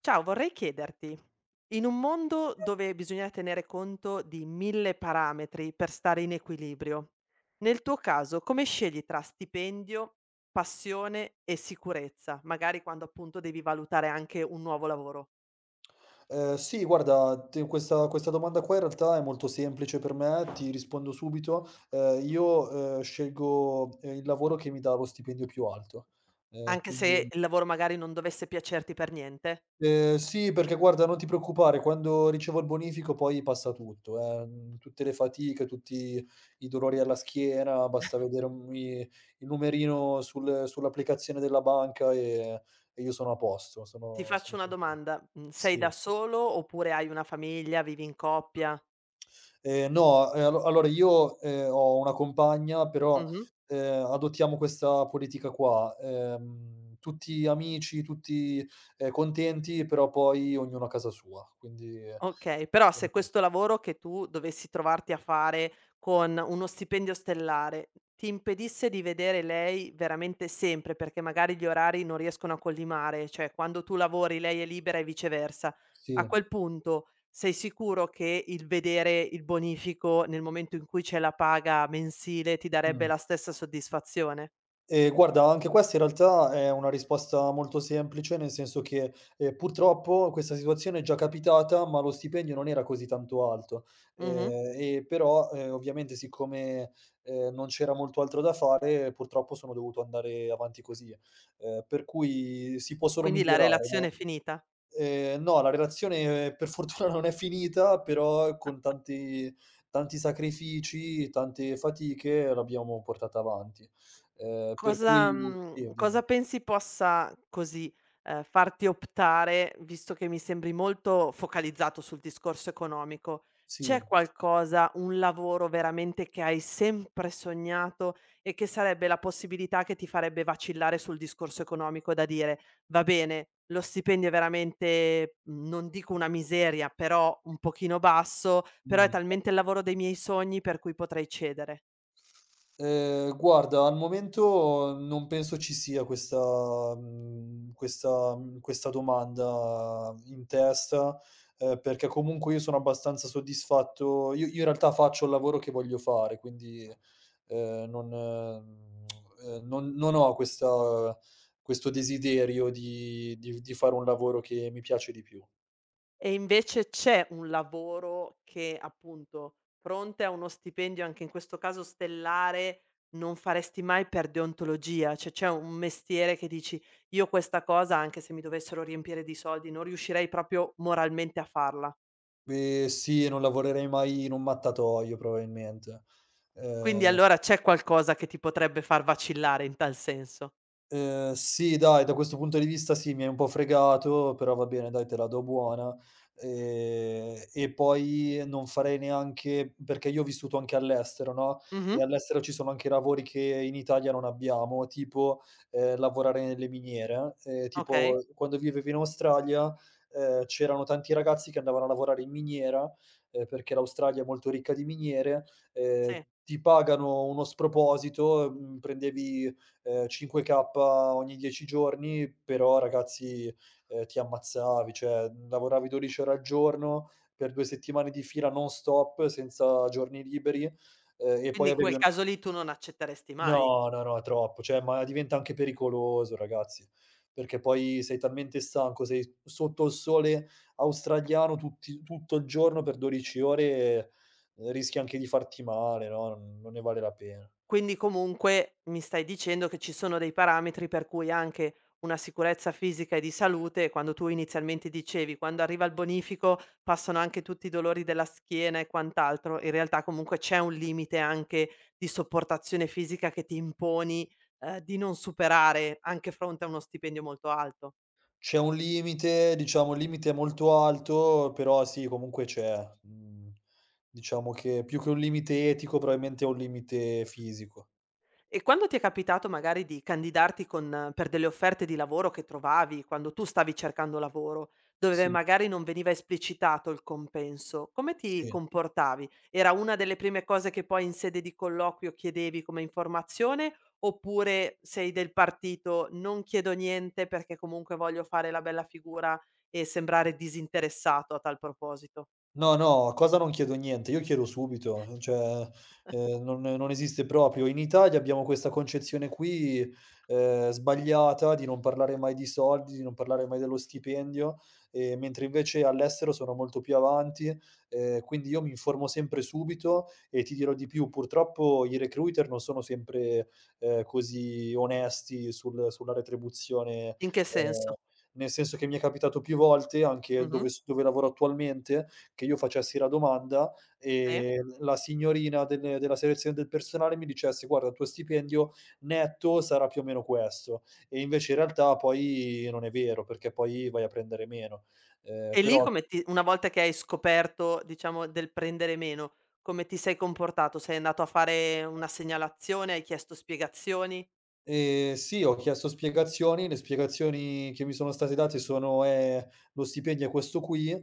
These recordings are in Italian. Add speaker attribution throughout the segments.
Speaker 1: Ciao, vorrei chiederti, in un mondo dove bisogna tenere conto di 1000 parametri per stare in equilibrio, nel tuo caso come scegli tra stipendio, passione e sicurezza? Magari quando appunto devi valutare anche un nuovo lavoro,
Speaker 2: Sì guarda, te questa domanda qua in realtà è molto semplice per me, ti rispondo subito. Io, scelgo, il lavoro che mi dà lo stipendio più alto.
Speaker 1: anche
Speaker 2: Quindi
Speaker 1: se il lavoro magari non dovesse piacerti per niente?
Speaker 2: sì, perché guarda, non ti preoccupare, quando ricevo il bonifico poi passa tutto, tutte le fatiche, tutti i dolori alla schiena, basta vedere un i il numerino sull'applicazione della banca e io sono a posto,
Speaker 1: Ti
Speaker 2: sono
Speaker 1: faccio una
Speaker 2: tranquillo.
Speaker 1: domanda, sei
Speaker 2: Sì.
Speaker 1: da solo oppure hai una famiglia, vivi in coppia?
Speaker 2: No, allora io, ho una compagna, però,
Speaker 1: Mh-mh.
Speaker 2: adottiamo questa politica qua, tutti amici, tutti, contenti, però poi ognuno a casa sua, quindi,
Speaker 1: Okay, però se
Speaker 2: ehm
Speaker 1: questo lavoro che tu dovessi trovarti a fare con uno stipendio stellare, ti impedisse di vedere lei veramente sempre, perché magari gli orari non riescono a collimare, cioè quando tu lavori lei è libera e viceversa, a
Speaker 2: sì,
Speaker 1: quel punto sei sicuro che il vedere il bonifico nel momento in cui c'è la paga mensile ti darebbe
Speaker 2: mh.
Speaker 1: la stessa soddisfazione?
Speaker 2: Guarda, anche questa in realtà è una risposta molto semplice, nel senso che, purtroppo questa situazione è già capitata, ma lo stipendio non era così tanto alto.
Speaker 1: Mh-mh.
Speaker 2: E però, ovviamente siccome, non c'era molto altro da fare, purtroppo sono dovuto andare avanti così. Per cui si può solo
Speaker 1: Quindi la
Speaker 2: migliorare,
Speaker 1: relazione
Speaker 2: no?
Speaker 1: è finita.
Speaker 2: No, la relazione, per fortuna non è finita, però con tanti sacrifici, tante fatiche l'abbiamo portata avanti. Per cui sì, dimmi.
Speaker 1: Cosa pensi possa così, farti optare, visto che mi sembri molto focalizzato sul discorso economico,
Speaker 2: Sì.
Speaker 1: c'è qualcosa, un lavoro veramente che hai sempre sognato e che sarebbe la possibilità che ti farebbe vacillare sul discorso economico da dire: "Va bene, lo stipendio è veramente, non dico una miseria, però un pochino basso, però è
Speaker 2: Mh.
Speaker 1: talmente il lavoro dei miei sogni per cui potrei cedere"?
Speaker 2: Guarda, al momento non penso ci sia questa domanda in testa, perché comunque io sono abbastanza soddisfatto. Io in realtà faccio il lavoro che voglio fare, quindi, non mhmm, non non ho questa questo desiderio di fare un lavoro che mi piace di più.
Speaker 1: E invece c'è un lavoro che appunto, fronte a uno stipendio, anche in questo caso stellare, non faresti mai per deontologia, cioè c'è un mestiere che dici: "Io questa cosa, anche se mi dovessero riempire di soldi, non riuscirei proprio moralmente a farla".
Speaker 2: Sì, non lavorerei mai in un mattatoio probabilmente.
Speaker 1: Quindi
Speaker 2: Ehm
Speaker 1: allora c'è qualcosa che ti potrebbe far vacillare in tal senso.
Speaker 2: Sì dai, da questo punto di vista sì, mi hai un po' fregato, però va bene dai, te la do buona. E poi non farei neanche perché io ho vissuto anche all'estero, no,
Speaker 1: Mh-mh.
Speaker 2: e all'estero ci sono anche lavori che in Italia non abbiamo, tipo, lavorare nelle miniere.
Speaker 1: Okay,
Speaker 2: Tipo quando vivevo in Australia, c'erano tanti ragazzi che andavano a lavorare in miniera, perché l'Australia è molto ricca di miniere, ehm,
Speaker 1: sì.
Speaker 2: ti pagano uno sproposito, prendevi 5K ogni 10 giorni, però ragazzi, ti ammazzavi, cioè, lavoravi 12 ore al giorno per 2 settimane di fila non stop, senza giorni liberi, e poi
Speaker 1: Quindi in
Speaker 2: avevi
Speaker 1: quel
Speaker 2: un
Speaker 1: caso lì tu non accetteresti mai.
Speaker 2: No, no, no, è troppo, cioè, ma diventa anche pericoloso ragazzi, perché poi sei talmente stanco, sei sotto il sole australiano tutti tutto il giorno per 12 ore, rischi anche di farti male, no, non ne vale la pena.
Speaker 1: Quindi comunque mi stai dicendo che ci sono dei parametri per cui anche una sicurezza fisica e di salute, quando tu inizialmente dicevi: "Quando arriva il bonifico passano anche tutti i dolori della schiena e quant'altro", in realtà comunque c'è un limite anche di sopportazione fisica che ti imponi, di non superare anche fronte a uno stipendio molto alto.
Speaker 2: C'è un limite, diciamo il limite è molto alto, però sì, comunque c'è. Mhmm, diciamo che più che un limite etico, probabilmente è un limite fisico.
Speaker 1: E quando ti è capitato magari di candidarti con per delle offerte di lavoro che trovavi quando tu stavi cercando lavoro, dove
Speaker 2: Sì.
Speaker 1: magari non veniva esplicitato il compenso, come ti
Speaker 2: Sì.
Speaker 1: comportavi? Era una delle prime cose che poi in sede di colloquio chiedevi come informazione, oppure sei del partito "non chiedo niente perché comunque voglio fare la bella figura e sembrare disinteressato a tal proposito"?
Speaker 2: No, no, cosa non chiedo niente, io chiedo subito, cioè, non esiste proprio. In Italia abbiamo questa concezione qui, sbagliata di non parlare mai di soldi, di non parlare mai dello stipendio, mentre invece all'estero sono molto più avanti, quindi io mi informo sempre subito e ti dirò di più. Purtroppo i recruiter non sono sempre, così onesti sulla retribuzione,
Speaker 1: In che
Speaker 2: ehm,
Speaker 1: senso?
Speaker 2: nel senso che mi è capitato più volte, anche
Speaker 1: Mh-mh.
Speaker 2: dove lavoro attualmente, che io facessi la domanda
Speaker 1: Sì.
Speaker 2: e la signorina della selezione del personale mi dicesse: "Guarda, il tuo stipendio netto sarà più o meno questo." E invece in realtà poi non è vero, perché poi vai a prendere meno.
Speaker 1: E lì
Speaker 2: Però
Speaker 1: come ti una volta che hai scoperto, diciamo, del prendere meno, come ti sei comportato? Sei andato a fare una segnalazione, hai chiesto spiegazioni?
Speaker 2: Sì, ho chiesto spiegazioni, le spiegazioni che mi sono state date sono: lo stipendio è questo qui."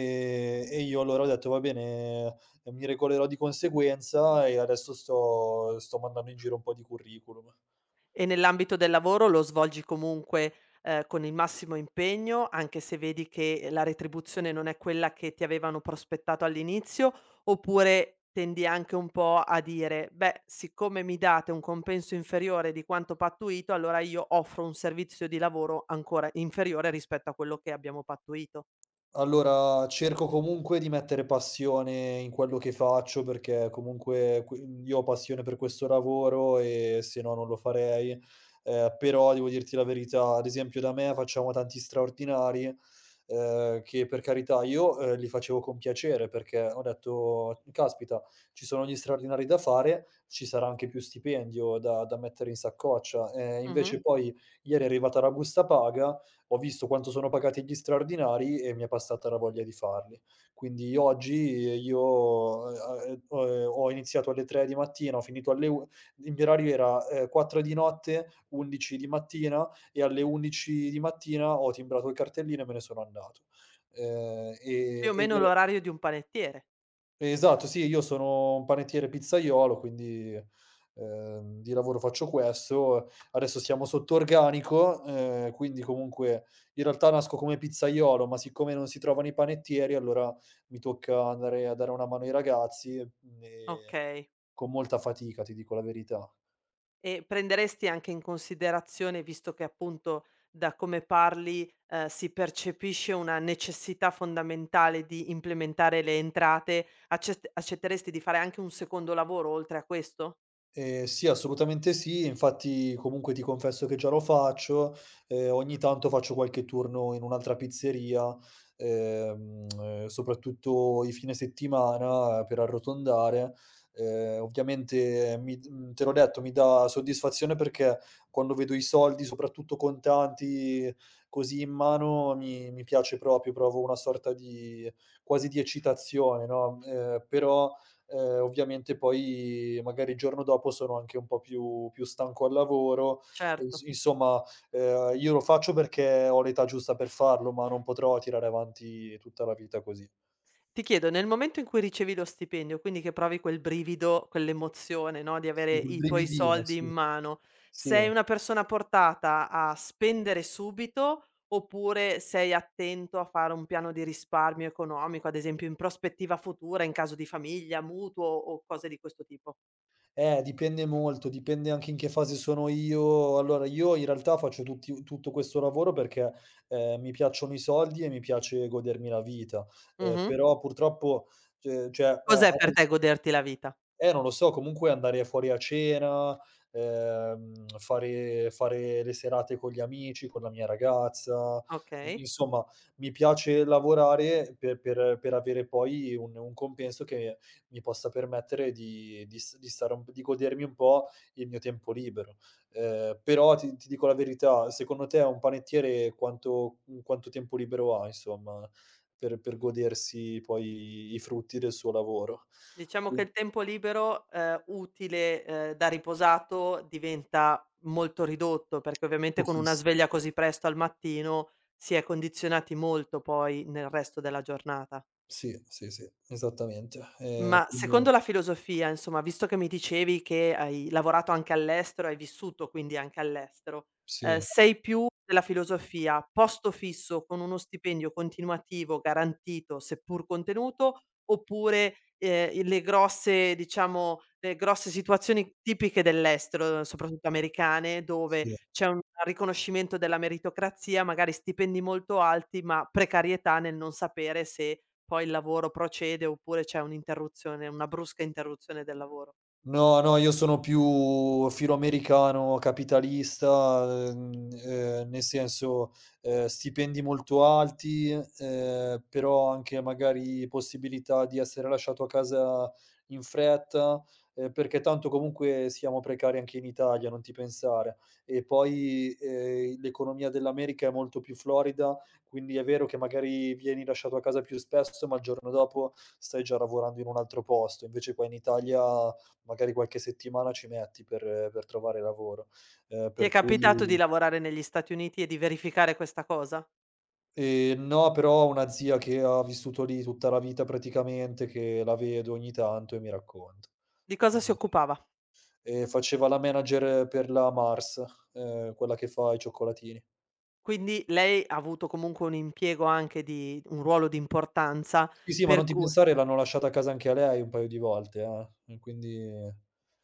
Speaker 2: E io allora ho detto: "Va bene, mi regolerò di conseguenza." E adesso sto mandando in giro un po' di curriculum.
Speaker 1: E nell'ambito del lavoro lo svolgi comunque, con il massimo impegno, anche se vedi che la retribuzione non è quella che ti avevano prospettato all'inizio, oppure tendi anche un po' a dire: "Beh, siccome mi date un compenso inferiore di quanto pattuito, allora io offro un servizio di lavoro ancora inferiore rispetto a quello che abbiamo pattuito"?
Speaker 2: Allora, cerco comunque di mettere passione in quello che faccio, perché comunque io ho passione per questo lavoro e se no non lo farei. Però devo dirti la verità, ad esempio da me facciamo tanti straordinari, che per carità io, li facevo con piacere perché ho detto: "Caspita, ci sono gli straordinari da fare, ci sarà anche più stipendio da mettere in saccoccia".
Speaker 1: Mh-mh.
Speaker 2: Invece poi ieri è arrivata la busta paga, ho visto quanto sono pagati gli straordinari e mi è passata la voglia di farli. Quindi oggi io, ho iniziato alle 3 di mattina, ho finito alle u il mio orario era, 4 di notte, 11 di mattina e alle 11 di mattina ho timbrato il cartellino e me ne sono andato.
Speaker 1: Più
Speaker 2: E
Speaker 1: o
Speaker 2: e
Speaker 1: meno
Speaker 2: gliel'ho...
Speaker 1: l'orario di un panettiere.
Speaker 2: Esatto, sì, io sono un panettiere pizzaiolo, quindi, di lavoro faccio questo. Adesso siamo sotto organico, quindi comunque in realtà nasco come pizzaiolo, ma siccome non si trovano i panettieri, allora mi tocca andare a dare una mano ai ragazzi, e
Speaker 1: Okay.
Speaker 2: con molta fatica, ti dico la verità.
Speaker 1: E prenderesti anche in considerazione, visto che appunto da come parli, si percepisce una necessità fondamentale di implementare le entrate, accetteresti di fare anche un secondo lavoro oltre a questo?
Speaker 2: Sì, assolutamente sì. Infatti comunque ti confesso che già lo faccio, ogni tanto faccio qualche turno in un'altra pizzeria, soprattutto i fine settimana, per arrotondare. Ovviamente te l'ho detto, mi dà soddisfazione perché quando vedo i soldi, soprattutto contanti, così in mano mi piace proprio, provo una sorta di quasi di eccitazione, no, però... Ovviamente poi magari il giorno dopo sono anche un po' più stanco al lavoro e ins
Speaker 1: Certo.
Speaker 2: insomma, io lo faccio perché ho l'età giusta per farlo, ma non potrò tirare avanti tutta la vita così.
Speaker 1: Ti chiedo, nel momento in cui ricevi lo stipendio, quindi che provi quel brivido, quell'emozione, no, di avere
Speaker 2: Sì, quel
Speaker 1: i tuoi
Speaker 2: brividino,
Speaker 1: soldi in
Speaker 2: sì,
Speaker 1: mano,
Speaker 2: sì.
Speaker 1: sei una persona portata a spendere subito oppure sei attento a fare un piano di risparmio economico, ad esempio in prospettiva futura, in caso di famiglia, mutuo o cose di questo tipo?
Speaker 2: Dipende molto, dipende anche in che fase sono io. Allora, io in realtà faccio tutti tutto questo lavoro perché, mi piacciono i soldi e mi piace godermi la vita,
Speaker 1: Mh-mh.
Speaker 2: però purtroppo, cioè, a...
Speaker 1: Cos'è per te goderti la vita?
Speaker 2: Non lo so, comunque andare fuori a cena, fare le serate con gli amici, con la mia ragazza, i
Speaker 1: Okay.
Speaker 2: insomma mi piace lavorare per avere poi un compenso che mi possa permettere di s di stare un p di godermi un po' il mio tempo libero. Però ti dico la verità, secondo te un panettiere quanto tempo libero ha insomma per godersi poi i frutti del suo lavoro?
Speaker 1: Diciamo che
Speaker 2: Qui
Speaker 1: il tempo libero, utile, da riposato diventa molto ridotto, perché ovviamente con una
Speaker 2: Pochiss
Speaker 1: sveglia così presto al mattino si è condizionati molto poi nel resto della giornata.
Speaker 2: Sì, sì, sì, esattamente.
Speaker 1: Ma
Speaker 2: Quindi
Speaker 1: secondo la filosofia, insomma, visto che mi dicevi che hai lavorato anche all'estero, hai vissuto quindi anche all'estero,
Speaker 2: sì,
Speaker 1: sei più della filosofia posto fisso con uno stipendio continuativo garantito, seppur contenuto, oppure, i le grosse diciamo, le grosse situazioni tipiche dell'estero, soprattutto americane, dove
Speaker 2: sì.
Speaker 1: c'è un riconoscimento della meritocrazia, magari stipendi molto alti, ma precarietà nel non sapere se poi il lavoro procede oppure c'è un'interruzione, una brusca interruzione del lavoro.
Speaker 2: No, no, io sono più filoamericano, capitalista, nel senso, stipendi molto alti, però anche magari possibilità di essere lasciato a casa in fretta, perché tanto comunque siamo precari anche in Italia, non ti pensare. E poi, l'economia dell'America è molto più florida, quindi è vero che magari vieni lasciato a casa più spesso, ma il giorno dopo stai già lavorando in un altro posto. Invece qua in Italia magari qualche settimana ci metti per trovare lavoro.
Speaker 1: Ti è
Speaker 2: Per cui
Speaker 1: capitato di lavorare negli Stati Uniti e di verificare questa cosa?
Speaker 2: No, però ho una zia che ha vissuto lì tutta la vita praticamente, che la vedo ogni tanto e mi racconta.
Speaker 1: Di cosa si
Speaker 2: Quindi
Speaker 1: occupava?
Speaker 2: faceva la manager per la Mars, quella che fa i cioccolatini.
Speaker 1: Quindi lei ha avuto comunque un impiego anche di un ruolo di importanza
Speaker 2: Sì, sì, ma non
Speaker 1: per
Speaker 2: ti
Speaker 1: cu
Speaker 2: pensare, l'hanno lasciata a casa anche a lei un paio di volte, eh. E quindi...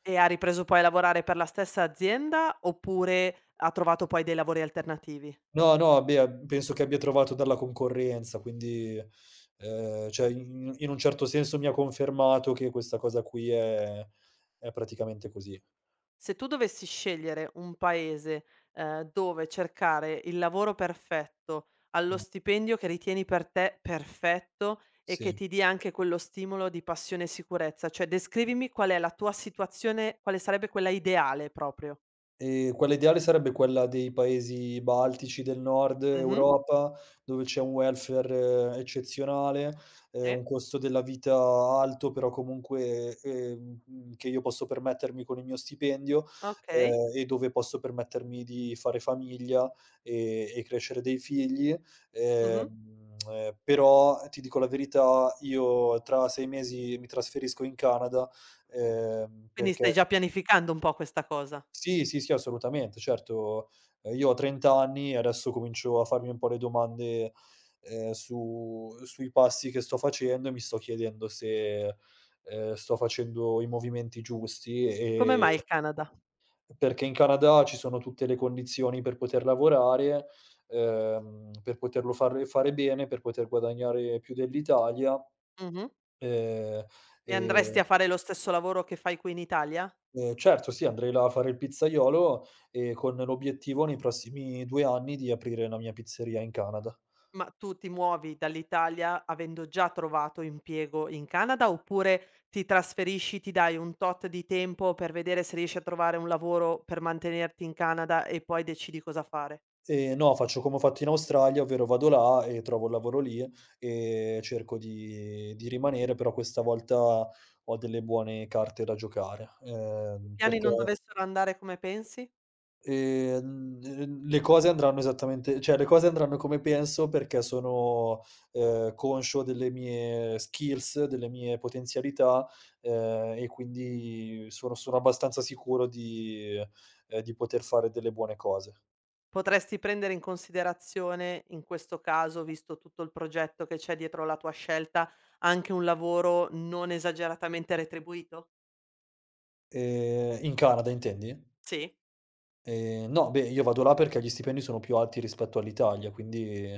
Speaker 1: e ha ripreso poi a lavorare per la stessa azienda oppure ha trovato poi dei lavori alternativi?
Speaker 2: No, no, beh, penso che abbia trovato dalla concorrenza, quindi, cioè in un certo senso mi ha confermato che questa cosa qui è praticamente così.
Speaker 1: Se tu dovessi scegliere un paese, dove cercare il lavoro perfetto, allo
Speaker 2: Mh,
Speaker 1: stipendio che ritieni per te perfetto e che
Speaker 2: sì.
Speaker 1: ti dia anche quello stimolo di passione e sicurezza, cioè descrivimi qual è la tua situazione, quale sarebbe quella ideale proprio.
Speaker 2: Quella ideale sarebbe quella dei paesi baltici del nord
Speaker 1: Mh-mh.
Speaker 2: Europa, dove c'è un welfare, eccezionale,
Speaker 1: Sì,
Speaker 2: un costo della vita alto, però comunque, che io posso permettermi con il mio stipendio,
Speaker 1: okay.
Speaker 2: e dove posso permettermi di fare famiglia e crescere dei figli.
Speaker 1: Mh-mh.
Speaker 2: Però ti dico la verità, io tra 6 mesi mi trasferisco in Canada,
Speaker 1: Quindi
Speaker 2: perché...
Speaker 1: stai già pianificando un po' questa cosa.
Speaker 2: Sì, sì, sì, assolutamente. Certo, io ho 30 anni e adesso comincio a farmi un po' le domande, su sui passi che sto facendo e mi sto chiedendo se, sto facendo i movimenti giusti,
Speaker 1: Come mai il Canada?
Speaker 2: perché in Canada ci sono tutte le condizioni per poter lavorare, per poterlo fare bene, per poter guadagnare più dell'Italia,
Speaker 1: Mh-mh.
Speaker 2: ehm,
Speaker 1: E
Speaker 2: e...
Speaker 1: andresti a fare lo stesso lavoro che fai qui in Italia?
Speaker 2: Certo sì, andrei là a fare il pizzaiolo, con l'obiettivo nei prossimi 2 anni di aprire la mia pizzeria in Canada.
Speaker 1: Ma tu ti muovi dall'Italia avendo già trovato impiego in Canada oppure ti trasferisci, ti dai un tot di tempo per vedere se riesci a trovare un lavoro per mantenerti in Canada e poi decidi cosa fare?
Speaker 2: No, faccio come ho fatto in Australia, ovvero vado là e trovo un lavoro lì, e cerco di rimanere, però questa volta ho delle buone carte da giocare,
Speaker 1: I piani
Speaker 2: perché...
Speaker 1: non dovessero andare come pensi?
Speaker 2: N le cose andranno esattamente cioè le cose andranno come penso perché sono, conscio delle mie skills, delle mie potenzialità, e quindi sono abbastanza sicuro di di poter fare delle buone cose.
Speaker 1: Potresti prendere in considerazione, in questo caso, visto tutto il progetto che c'è dietro la tua scelta, anche un lavoro non esageratamente retribuito?
Speaker 2: In Canada intendi?
Speaker 1: Sì.
Speaker 2: No, beh, io vado là perché gli stipendi sono più alti rispetto all'Italia, quindi,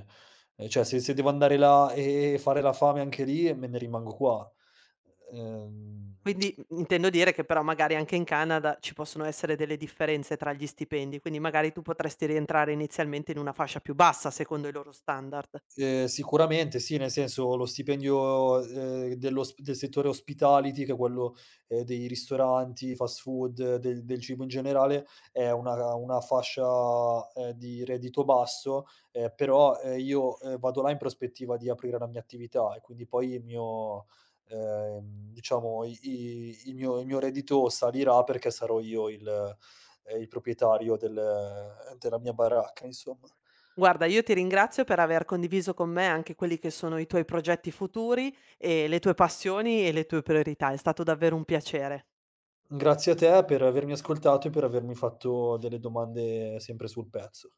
Speaker 2: cioè se devo andare là e fare la fame anche lì, me ne rimango qua. Ehm
Speaker 1: Quindi, intendo dire che però magari anche in Canada ci possono essere delle differenze tra gli stipendi, quindi magari tu potresti rientrare inizialmente in una fascia più bassa secondo i loro standard.
Speaker 2: Sicuramente sì, nel senso lo stipendio, del settore hospitality, che è quello, dei ristoranti, fast food, del cibo in generale, è una fascia, di reddito basso, però, io, vado là in prospettiva di aprire la mia attività e quindi poi il mio... diciamo i i il mio reddito salirà perché sarò io il proprietario della mia baracca, insomma.
Speaker 1: Guarda, io ti ringrazio per aver condiviso con me anche quelli che sono i tuoi progetti futuri e le tue passioni e le tue priorità. È stato davvero un piacere.
Speaker 2: Grazie a te per avermi ascoltato e per avermi fatto delle domande sempre sul pezzo.